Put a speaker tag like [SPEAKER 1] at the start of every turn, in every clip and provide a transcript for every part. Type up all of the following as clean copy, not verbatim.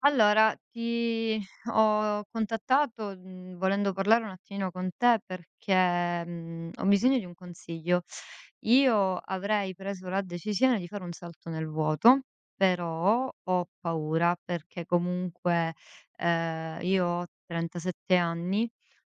[SPEAKER 1] Allora, ti ho contattato, volendo parlare un attimino con te perché, ho bisogno di un consiglio. Io avrei preso la decisione di fare un salto nel vuoto, però ho paura perché comunque, io ho 37 anni.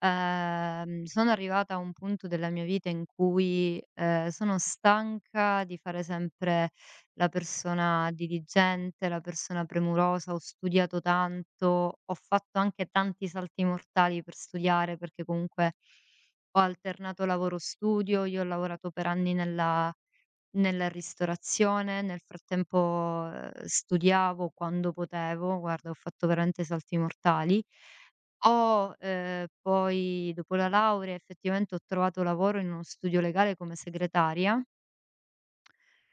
[SPEAKER 1] Sono arrivata a un punto della mia vita in cui, sono stanca di fare sempre la persona diligente, la persona premurosa, ho studiato tanto, ho fatto anche tanti salti mortali per studiare, perché comunque ho alternato lavoro studio, io ho lavorato per anni nella ristorazione, nel frattempo, studiavo quando potevo, guarda ho fatto veramente salti mortali. Ho, poi dopo la laurea effettivamente ho trovato lavoro in uno studio legale come segretaria,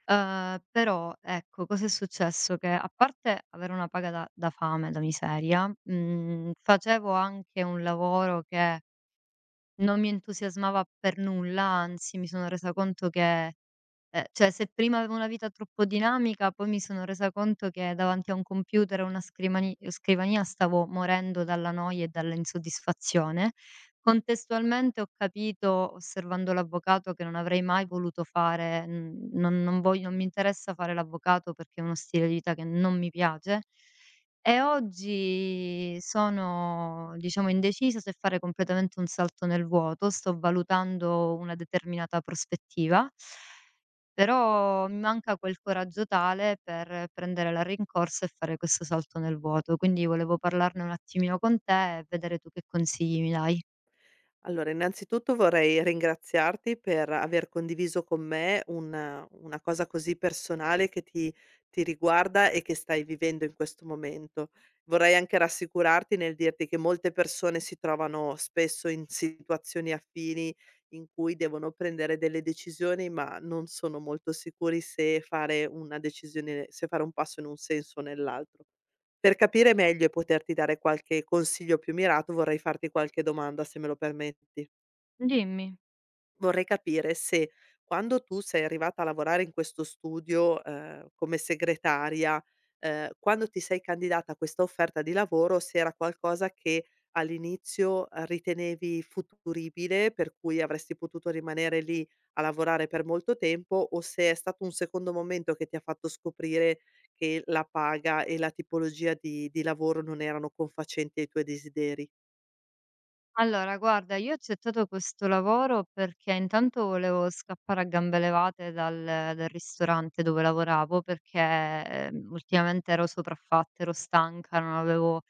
[SPEAKER 1] però ecco cosa è successo: che a parte avere una paga da fame, da miseria, facevo anche un lavoro che non mi entusiasmava per nulla, anzi mi sono resa conto che cioè se prima avevo una vita troppo dinamica, poi mi sono resa conto che davanti a un computer o una scrimani scrivania stavo morendo dalla noia e dall'insoddisfazione. Contestualmente ho capito, osservando l'avvocato, che non avrei mai voluto fare, non voglio non mi interessa fare l'avvocato perché è uno stile di vita che non mi piace. E oggi sono, diciamo, indecisa se fare completamente un salto nel vuoto, sto valutando una determinata prospettiva. Però mi manca quel coraggio tale per prendere la rincorsa e fare questo salto nel vuoto. Quindi volevo parlarne un attimino con te e vedere tu che consigli mi dai.
[SPEAKER 2] Allora, innanzitutto vorrei ringraziarti per aver condiviso con me una cosa così personale che ti riguarda e che stai vivendo in questo momento. Vorrei anche rassicurarti nel dirti che molte persone si trovano spesso in situazioni affini in cui devono prendere delle decisioni, ma non sono molto sicuri se fare una decisione se fare un passo in un senso o nell'altro. Per capire meglio e poterti dare qualche consiglio più mirato vorrei farti qualche domanda, se me lo permetti.
[SPEAKER 1] Dimmi.
[SPEAKER 2] Vorrei capire se quando tu sei arrivata a lavorare in questo studio, come segretaria, quando ti sei candidata a questa offerta di lavoro, se era qualcosa che all'inizio, ritenevi futuribile, per cui avresti potuto rimanere lì a lavorare per molto tempo, o se è stato un secondo momento che ti ha fatto scoprire che la paga e la tipologia di lavoro non erano confacenti ai tuoi desideri.
[SPEAKER 1] Allora, guarda, io ho accettato questo lavoro perché intanto volevo scappare a gambe levate dal ristorante dove lavoravo perché ultimamente ero sopraffatta, ero stanca, non avevo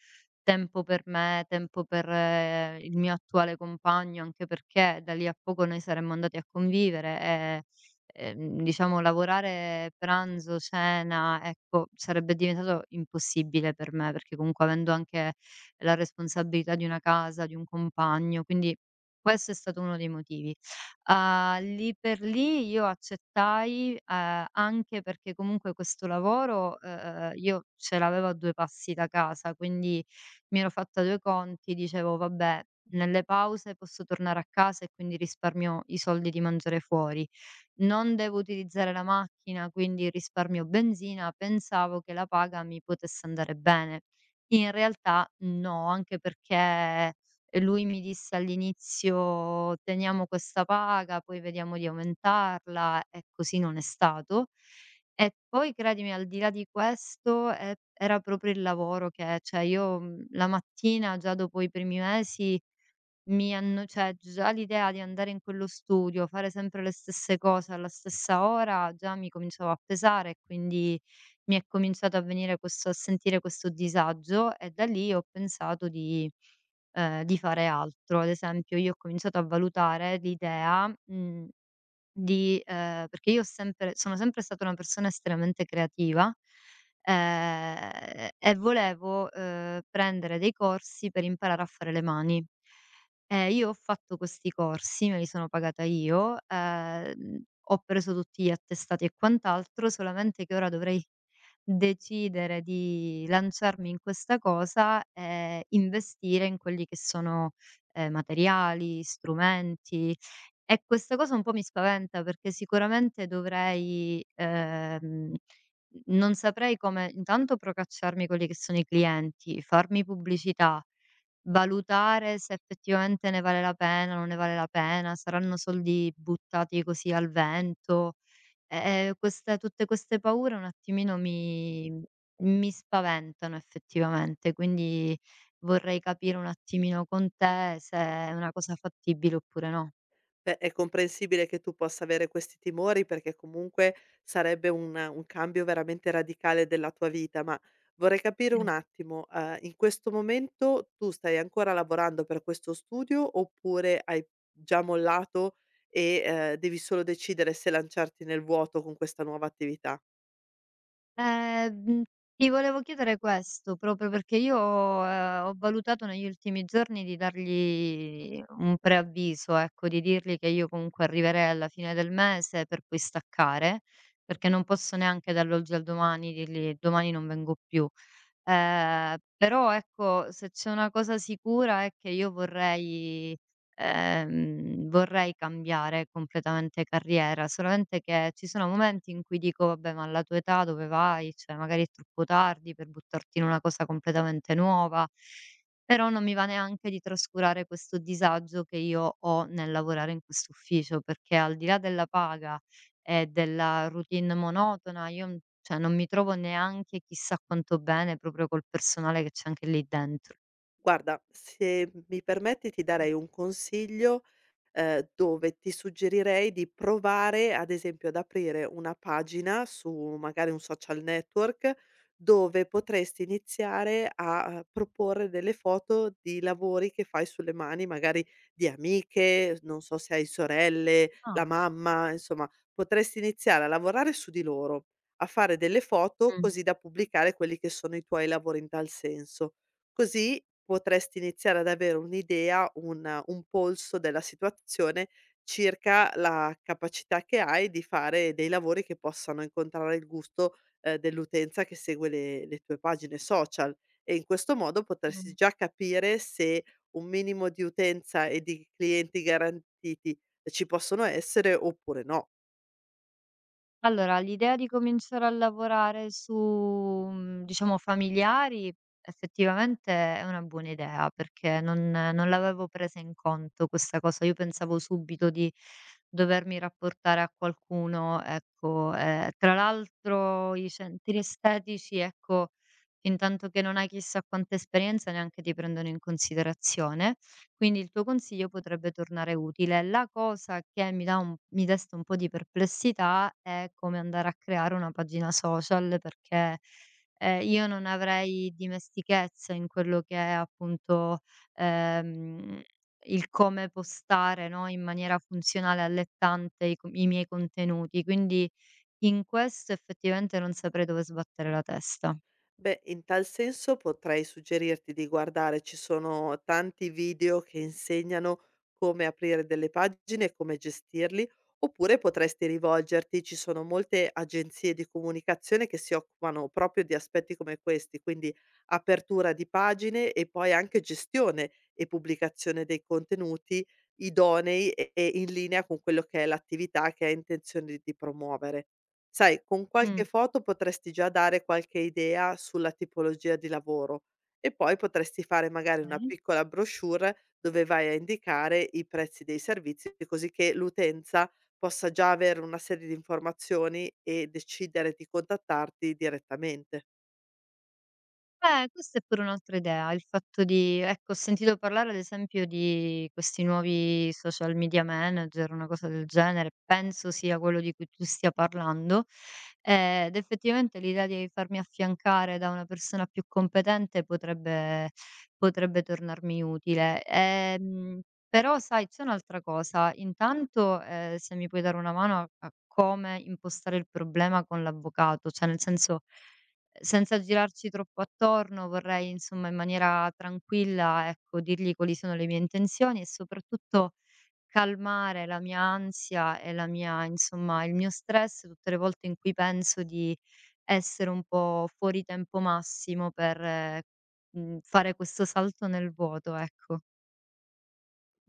[SPEAKER 1] tempo per me, tempo per il mio attuale compagno, anche perché da lì a poco noi saremmo andati a convivere e, diciamo lavorare pranzo, cena, ecco, sarebbe diventato impossibile per me, perché comunque avendo anche la responsabilità di una casa, di un compagno, quindi questo è stato uno dei motivi. Lì per lì io accettai, anche perché comunque questo lavoro, io ce l'avevo a 2 passi da casa, quindi mi ero fatta 2 conti, dicevo: "Vabbè, nelle pause posso tornare a casa e quindi risparmio i soldi di mangiare fuori". Non devo utilizzare la macchina, quindi risparmio benzina, pensavo che la paga mi potesse andare bene. In realtà no, anche perché lui mi disse all'inizio: "Teniamo questa paga, poi vediamo di aumentarla", e così non è stato. E poi credimi, al di là di questo, era proprio il lavoro che cioè io, la mattina, già dopo i primi mesi mi hanno cioè già l'idea di andare in quello studio, fare sempre le stesse cose alla stessa ora, già mi cominciava a pesare e quindi mi è cominciato a venire questo a sentire questo disagio e da lì ho pensato di fare altro. Ad esempio io ho cominciato a valutare l'idea, mhmm di perché io ho sempre sono sempre stata una persona estremamente creativa, e volevo, prendere dei corsi per imparare a fare le mani. E io ho fatto questi corsi, me li sono pagata io, ho preso tutti gli attestati e quant'altro, solamente che ora dovrei decidere di lanciarmi in questa cosa e investire in quelli che sono, materiali, strumenti e questa cosa un po' mi spaventa perché sicuramente dovrei, non saprei come intanto procacciarmi quelli che sono i clienti, farmi pubblicità, valutare se effettivamente ne vale la pena, non ne vale la pena, saranno soldi buttati così al vento. E e queste tutte queste paure un attimino mi spaventano effettivamente, quindi vorrei capire un attimino con te se è una cosa fattibile oppure no.
[SPEAKER 2] Beh, è comprensibile che tu possa avere questi timori perché comunque sarebbe un cambio veramente radicale della tua vita, ma vorrei capire un attimo, in questo momento tu stai ancora lavorando per questo studio oppure hai già mollato e, devi solo decidere se lanciarti nel vuoto con questa nuova attività?
[SPEAKER 1] Ehm, mhmm, ti volevo chiedere questo, proprio perché io, ho valutato negli ultimi giorni di dargli un preavviso, ecco, di dirgli che io comunque arriverei alla fine del mese per poi staccare, perché non posso neanche dall'oggi al domani dirgli: "Domani non vengo più". Però ecco, se c'è una cosa sicura è che io vorrei cambiare completamente carriera, solamente che ci sono momenti in cui dico: "Vabbè, ma alla tua età dove vai? Cioè, magari è troppo tardi per buttarti in una cosa completamente nuova". Però non mi va neanche di trascurare questo disagio che io ho nel lavorare in quest'ufficio, perché al di là della paga e della routine monotona, io n cioè non mi trovo neanche chissà quanto bene proprio col personale che c'è anche lì dentro.
[SPEAKER 2] Guarda, se mi permetti ti darei un consiglio, dove ti suggerirei di provare, ad esempio, ad aprire una pagina su magari un social network, dove potresti iniziare a, proporre delle foto di lavori che fai sulle mani, magari di amiche, non so se hai sorelle,
[SPEAKER 1] Ah.
[SPEAKER 2] la mamma, insomma potresti iniziare a lavorare su di loro, a fare delle foto
[SPEAKER 1] Mh.
[SPEAKER 2] così da pubblicare quelli che sono i tuoi lavori in tal senso. Così potresti iniziare ad avere un'idea, un polso della situazione circa la capacità che hai di fare dei lavori che possano incontrare il gusto, dell'utenza che segue le tue pagine social e in questo modo potresti
[SPEAKER 1] Mh.
[SPEAKER 2] già capire se un minimo di utenza e di clienti garantiti ci possono essere oppure no.
[SPEAKER 1] Allora, l'idea di cominciare a lavorare su, diciamo familiari effettivamente è una buona idea, perché non l'avevo presa in conto questa cosa. Io pensavo subito di dovermi rapportare a qualcuno, ecco, tra l'altro i centri estetici, ecco. Fintanto che non hai chissà quanta esperienza neanche ti prendono in considerazione, quindi il tuo consiglio potrebbe tornare utile. La cosa che mi desta un po' di perplessità è come andare a creare una pagina social perché, io non avrei dimestichezza in quello che è appunto, ehm, il come postare, no, in maniera funzionale, allettante i miei contenuti, quindi in questo effettivamente non saprei dove sbattere la testa.
[SPEAKER 2] Beh, in tal senso potrei suggerirti di guardare, ci sono tanti video che insegnano come aprire delle pagine e come gestirli, oppure potresti rivolgerti, ci sono molte agenzie di comunicazione che si occupano proprio di aspetti come questi, quindi apertura di pagine e poi anche gestione e pubblicazione dei contenuti idonei e in linea con quello che è l'attività che hai intenzione di promuovere. Sai, con qualche
[SPEAKER 1] Mh.
[SPEAKER 2] foto potresti già dare qualche idea sulla tipologia di lavoro e poi potresti fare magari una
[SPEAKER 1] Okay.
[SPEAKER 2] piccola brochure dove vai a indicare i prezzi dei servizi, così che l'utenza possa già avere una serie di informazioni e decidere di contattarti direttamente.
[SPEAKER 1] Beh, questa è pure un'altra idea, il fatto di ecco, ho sentito parlare ad esempio di questi nuovi social media manager, una cosa del genere, penso sia quello di cui tu stia parlando, ed effettivamente l'idea di farmi affiancare da una persona più competente potrebbe tornarmi utile. Però sai, c'è un'altra cosa, intanto, se mi puoi dare una mano a come impostare il problema con l'avvocato, cioè nel senso, senza girarci troppo attorno, vorrei insomma in maniera tranquilla, ecco, dirgli quali sono le mie intenzioni e soprattutto calmare la mia ansia e la mia insomma il mio stress tutte le volte in cui penso di essere un po' fuori tempo massimo per, fare questo salto nel vuoto, ecco.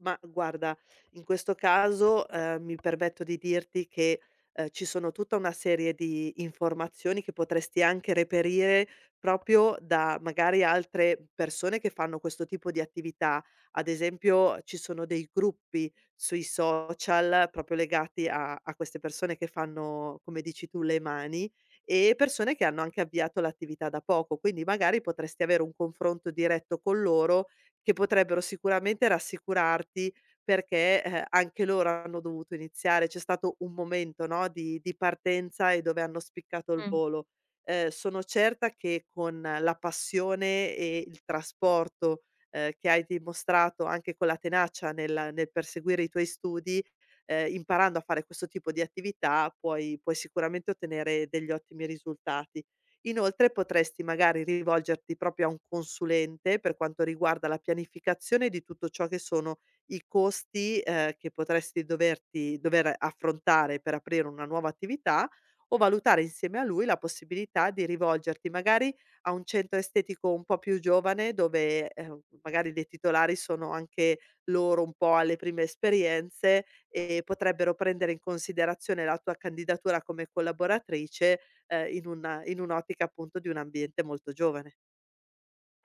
[SPEAKER 2] Ma guarda, in questo caso, mi permetto di dirti che, ci sono tutta una serie di informazioni che potresti anche reperire proprio da magari altre persone che fanno questo tipo di attività. Ad esempio, ci sono dei gruppi sui social proprio legati a queste persone che fanno, come dici tu, le mani e persone che hanno anche avviato l'attività da poco. Quindi magari potresti avere un confronto diretto con loro che potrebbero sicuramente rassicurarti perché, anche loro hanno dovuto iniziare. C'è stato un momento, no, di partenza e dove hanno spiccato il
[SPEAKER 1] Mh.
[SPEAKER 2] volo. Sono certa che con la passione e il trasporto, che hai dimostrato anche con la tenacia nel perseguire i tuoi studi, imparando a fare questo tipo di attività puoi sicuramente ottenere degli ottimi risultati. Inoltre potresti magari rivolgerti proprio a un consulente per quanto riguarda la pianificazione di tutto ciò che sono i costi, che potresti dover affrontare per aprire una nuova attività, o valutare insieme a lui la possibilità di rivolgerti magari a un centro estetico un po' più giovane dove, magari dei titolari sono anche loro un po' alle prime esperienze e potrebbero prendere in considerazione la tua candidatura come collaboratrice in una in un'ottica appunto di un ambiente molto giovane.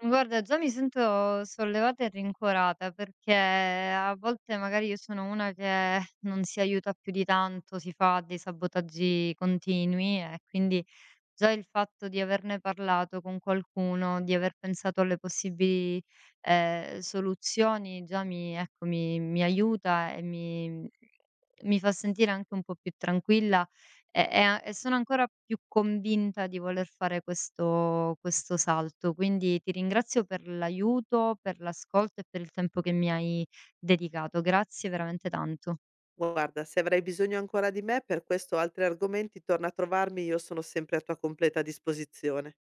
[SPEAKER 1] Guarda, già mi sento sollevata e rincuorata perché a volte magari io sono una che non si aiuta più di tanto, si fa dei sabotaggi continui e quindi già il fatto di averne parlato con qualcuno, di aver pensato alle possibili soluzioni, già ecco, mi aiuta e mi fa sentire anche un po' più tranquilla e sono ancora più convinta di voler fare questo salto. Quindi ti ringrazio per l'aiuto, per l'ascolto e per il tempo che mi hai dedicato. Grazie veramente tanto.
[SPEAKER 2] "Guarda, se avrai bisogno ancora di me per questo o altri argomenti torna a trovarmi, io sono sempre a tua completa disposizione".